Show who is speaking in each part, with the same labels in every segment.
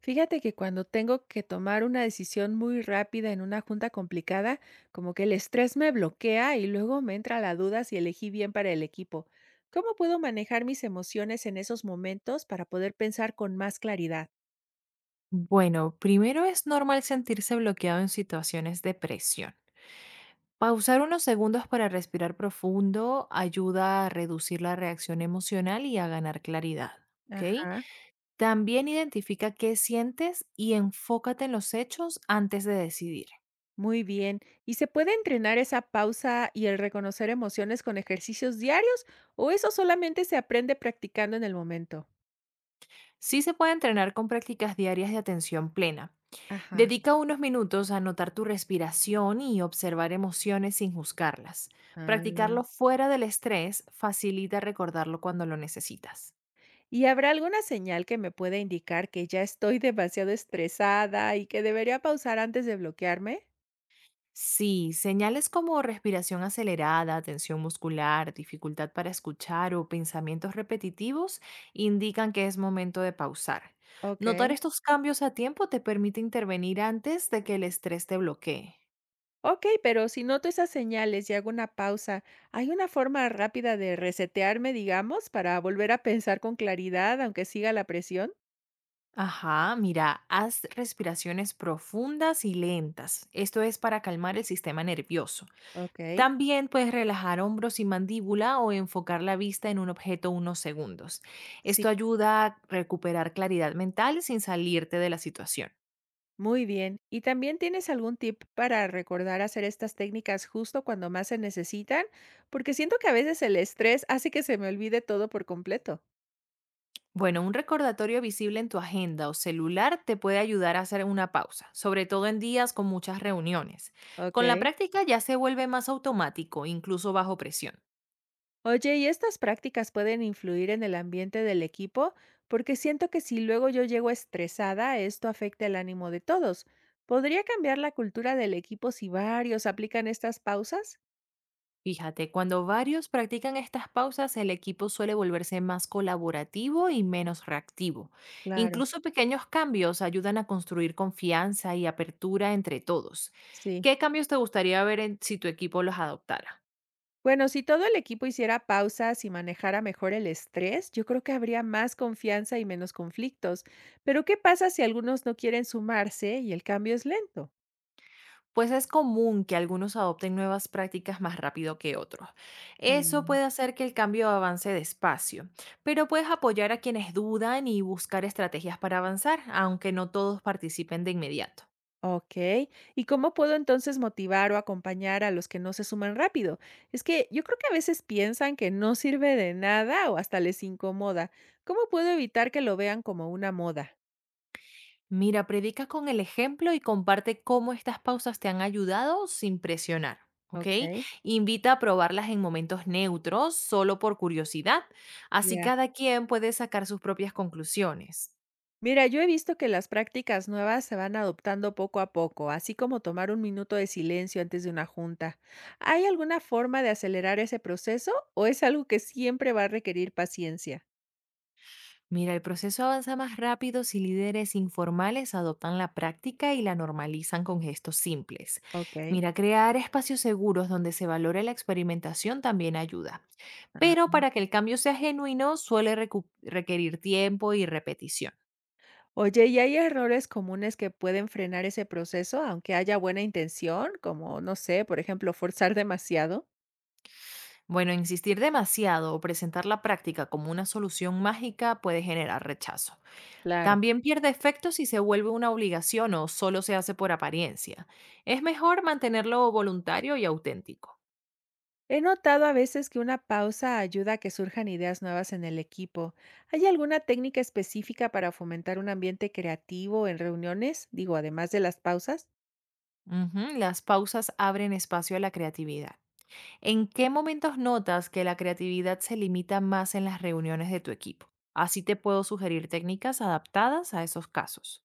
Speaker 1: Fíjate que cuando tengo que tomar una decisión muy rápida en una junta complicada, como que el estrés me bloquea y luego me entra la duda si elegí bien para el equipo. ¿Cómo puedo manejar mis emociones en esos momentos para poder pensar con más claridad?
Speaker 2: Bueno, primero es normal sentirse bloqueado en situaciones de presión. Pausar unos segundos para respirar profundo ayuda a reducir la reacción emocional y a ganar claridad. ¿Ok?
Speaker 1: Ajá.
Speaker 2: También identifica qué sientes y enfócate en los hechos antes de decidir.
Speaker 1: Muy bien. ¿Y se puede entrenar esa pausa y el reconocer emociones con ejercicios diarios o eso solamente se aprende practicando en el momento?
Speaker 2: Sí se puede entrenar con prácticas diarias de atención plena.
Speaker 1: Ajá.
Speaker 2: Dedica unos minutos a notar tu respiración y observar emociones sin juzgarlas.
Speaker 1: Ah.
Speaker 2: Practicarlo fuera del estrés facilita recordarlo cuando lo necesitas.
Speaker 1: ¿Y habrá alguna señal que me pueda indicar que ya estoy demasiado estresada y que debería pausar antes de bloquearme?
Speaker 2: Sí, señales como respiración acelerada, tensión muscular, dificultad para escuchar o pensamientos repetitivos indican que es momento de pausar.
Speaker 1: Ok.
Speaker 2: Notar estos cambios a tiempo te permite intervenir antes de que el estrés te bloquee.
Speaker 1: Ok, pero si noto esas señales y hago una pausa, ¿hay una forma rápida de resetearme, digamos, para volver a pensar con claridad, aunque siga la presión?
Speaker 2: Ajá, mira, haz respiraciones profundas y lentas. Esto es para calmar el sistema nervioso.
Speaker 1: Ok.
Speaker 2: También puedes relajar hombros y mandíbula o enfocar la vista en un objeto unos segundos.
Speaker 1: Sí,
Speaker 2: Esto ayuda a recuperar claridad mental sin salirte de la situación.
Speaker 1: muy bien. ¿Y también tienes algún tip para recordar hacer estas técnicas justo cuando más se necesitan? Porque siento que a veces el estrés hace que se me olvide todo por completo.
Speaker 2: Bueno, un recordatorio visible en tu agenda o celular te puede ayudar a hacer una pausa, sobre todo en días con muchas reuniones. Con la
Speaker 1: Ok.
Speaker 2: práctica ya se vuelve más automático, incluso bajo presión.
Speaker 1: Oye, ¿y estas prácticas pueden influir en el ambiente del equipo? Porque siento que si luego yo llego estresada, esto afecta el ánimo de todos. ¿Podría cambiar la cultura del equipo si varios aplican estas pausas?
Speaker 2: Fíjate, cuando varios practican estas pausas, el equipo suele volverse más colaborativo y menos reactivo.
Speaker 1: Claro,
Speaker 2: Incluso pequeños cambios ayudan a construir confianza y apertura entre todos.
Speaker 1: sí.
Speaker 2: ¿Qué cambios te gustaría ver en- si tu equipo los adoptara?
Speaker 1: Bueno, si todo el equipo hiciera pausas y manejara mejor el estrés, yo creo que habría más confianza y menos conflictos. Pero ¿qué pasa si algunos no quieren sumarse y el cambio es lento?
Speaker 2: Pues es común que algunos adopten nuevas prácticas más rápido que otros. Eso
Speaker 1: Mm.
Speaker 2: puede hacer que el cambio avance despacio, pero puedes apoyar a quienes dudan y buscar estrategias para avanzar, aunque no todos participen de inmediato.
Speaker 1: Ok. ¿Y cómo puedo entonces motivar o acompañar a los que no se suman rápido? Es que yo creo que a veces piensan que no sirve de nada o hasta les incomoda. ¿Cómo puedo evitar que lo vean como una moda?
Speaker 2: Mira, predica con el ejemplo y comparte cómo estas pausas te han ayudado sin presionar, ¿ok?
Speaker 1: Ok.
Speaker 2: Invita a probarlas en momentos neutros, solo por curiosidad, así
Speaker 1: Ya.
Speaker 2: cada quien puede sacar sus propias conclusiones.
Speaker 1: Mira, yo he visto que las prácticas nuevas se van adoptando poco a poco, así como tomar un minuto de silencio antes de una junta. ¿Hay alguna forma de acelerar ese proceso o es algo que siempre va a requerir paciencia?
Speaker 2: Mira, el proceso avanza más rápido si líderes informales adoptan la práctica y la normalizan con gestos simples.
Speaker 1: Ok.
Speaker 2: Mira, crear espacios seguros donde se valore la experimentación también ayuda, pero para que el cambio sea genuino suele requerir tiempo y repetición.
Speaker 1: Oye, ¿y hay errores comunes que pueden frenar ese proceso, aunque haya buena intención? Como, no sé, por ejemplo, forzar demasiado.
Speaker 2: Bueno, insistir demasiado o presentar la práctica como una solución mágica puede generar rechazo.
Speaker 1: Claro.
Speaker 2: También pierde efecto si se vuelve una obligación o solo se hace por apariencia. Es mejor mantenerlo voluntario y auténtico.
Speaker 1: He notado a veces que una pausa ayuda a que surjan ideas nuevas en el equipo. ¿Hay alguna técnica específica para fomentar un ambiente creativo en reuniones? Digo, además de las pausas.
Speaker 2: Ujú, las pausas abren espacio a la creatividad. ¿En qué momentos notas que la creatividad se limita más en las reuniones de tu equipo? Así te puedo sugerir técnicas adaptadas a esos casos.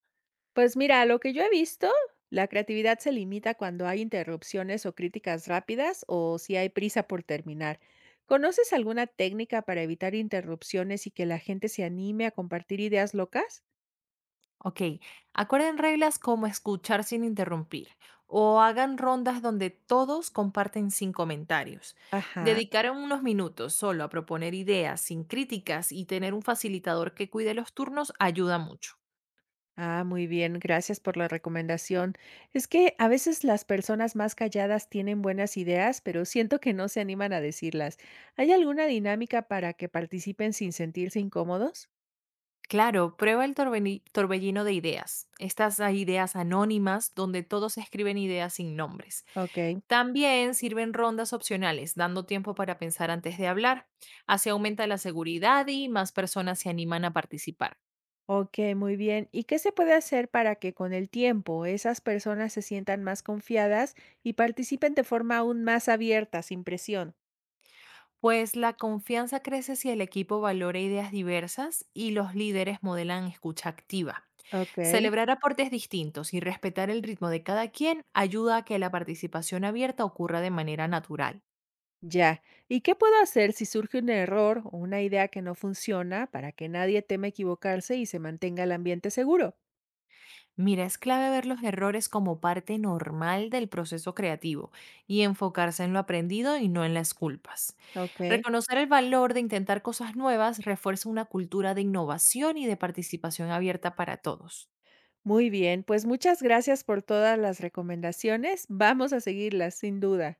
Speaker 1: Pues mira, lo que yo he visto, la creatividad se limita cuando hay interrupciones o críticas rápidas o si hay prisa por terminar. ¿Conoces alguna técnica para evitar interrupciones y que la gente se anime a compartir ideas locas?
Speaker 2: Ok, acuerden reglas como escuchar sin interrumpir o hagan rondas donde todos comparten sin comentarios.
Speaker 1: Ajá.
Speaker 2: Dedicar unos minutos solo a proponer ideas sin críticas y tener un facilitador que cuide los turnos ayuda mucho.
Speaker 1: Ah, muy bien, gracias por la recomendación. Es que a veces las personas más calladas tienen buenas ideas, pero siento que no se animan a decirlas. ¿Hay alguna dinámica para que participen sin sentirse incómodos?
Speaker 2: Claro, prueba el torbellino de ideas, estas ideas anónimas donde todos escriben ideas sin nombres.
Speaker 1: Ok.
Speaker 2: También sirven rondas opcionales, dando tiempo para pensar antes de hablar. Así aumenta la seguridad y más personas se animan a participar.
Speaker 1: Ok, muy bien. ¿Y qué se puede hacer para que con el tiempo esas personas se sientan más confiadas y participen de forma aún más abierta, sin presión?
Speaker 2: Pues la confianza crece si el equipo valora ideas diversas y los líderes modelan escucha activa.
Speaker 1: Ok,
Speaker 2: Celebrar aportes distintos y respetar el ritmo de cada quien ayuda a que la participación abierta ocurra de manera natural.
Speaker 1: ya. ¿Y qué puedo hacer si surge un error o una idea que no funciona para que nadie tema equivocarse y se mantenga el ambiente seguro?
Speaker 2: Mira, es clave ver los errores como parte normal del proceso creativo y enfocarse en lo aprendido y no en las culpas.
Speaker 1: Ok,
Speaker 2: Reconocer el valor de intentar cosas nuevas refuerza una cultura de innovación y de participación abierta para todos.
Speaker 1: muy bien. Pues muchas gracias por todas las recomendaciones. Vamos a seguirlas, sin duda.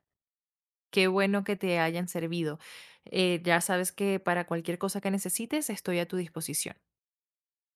Speaker 2: Qué bueno que te hayan servido. Ya sabes que para cualquier cosa que necesites, estoy a tu disposición.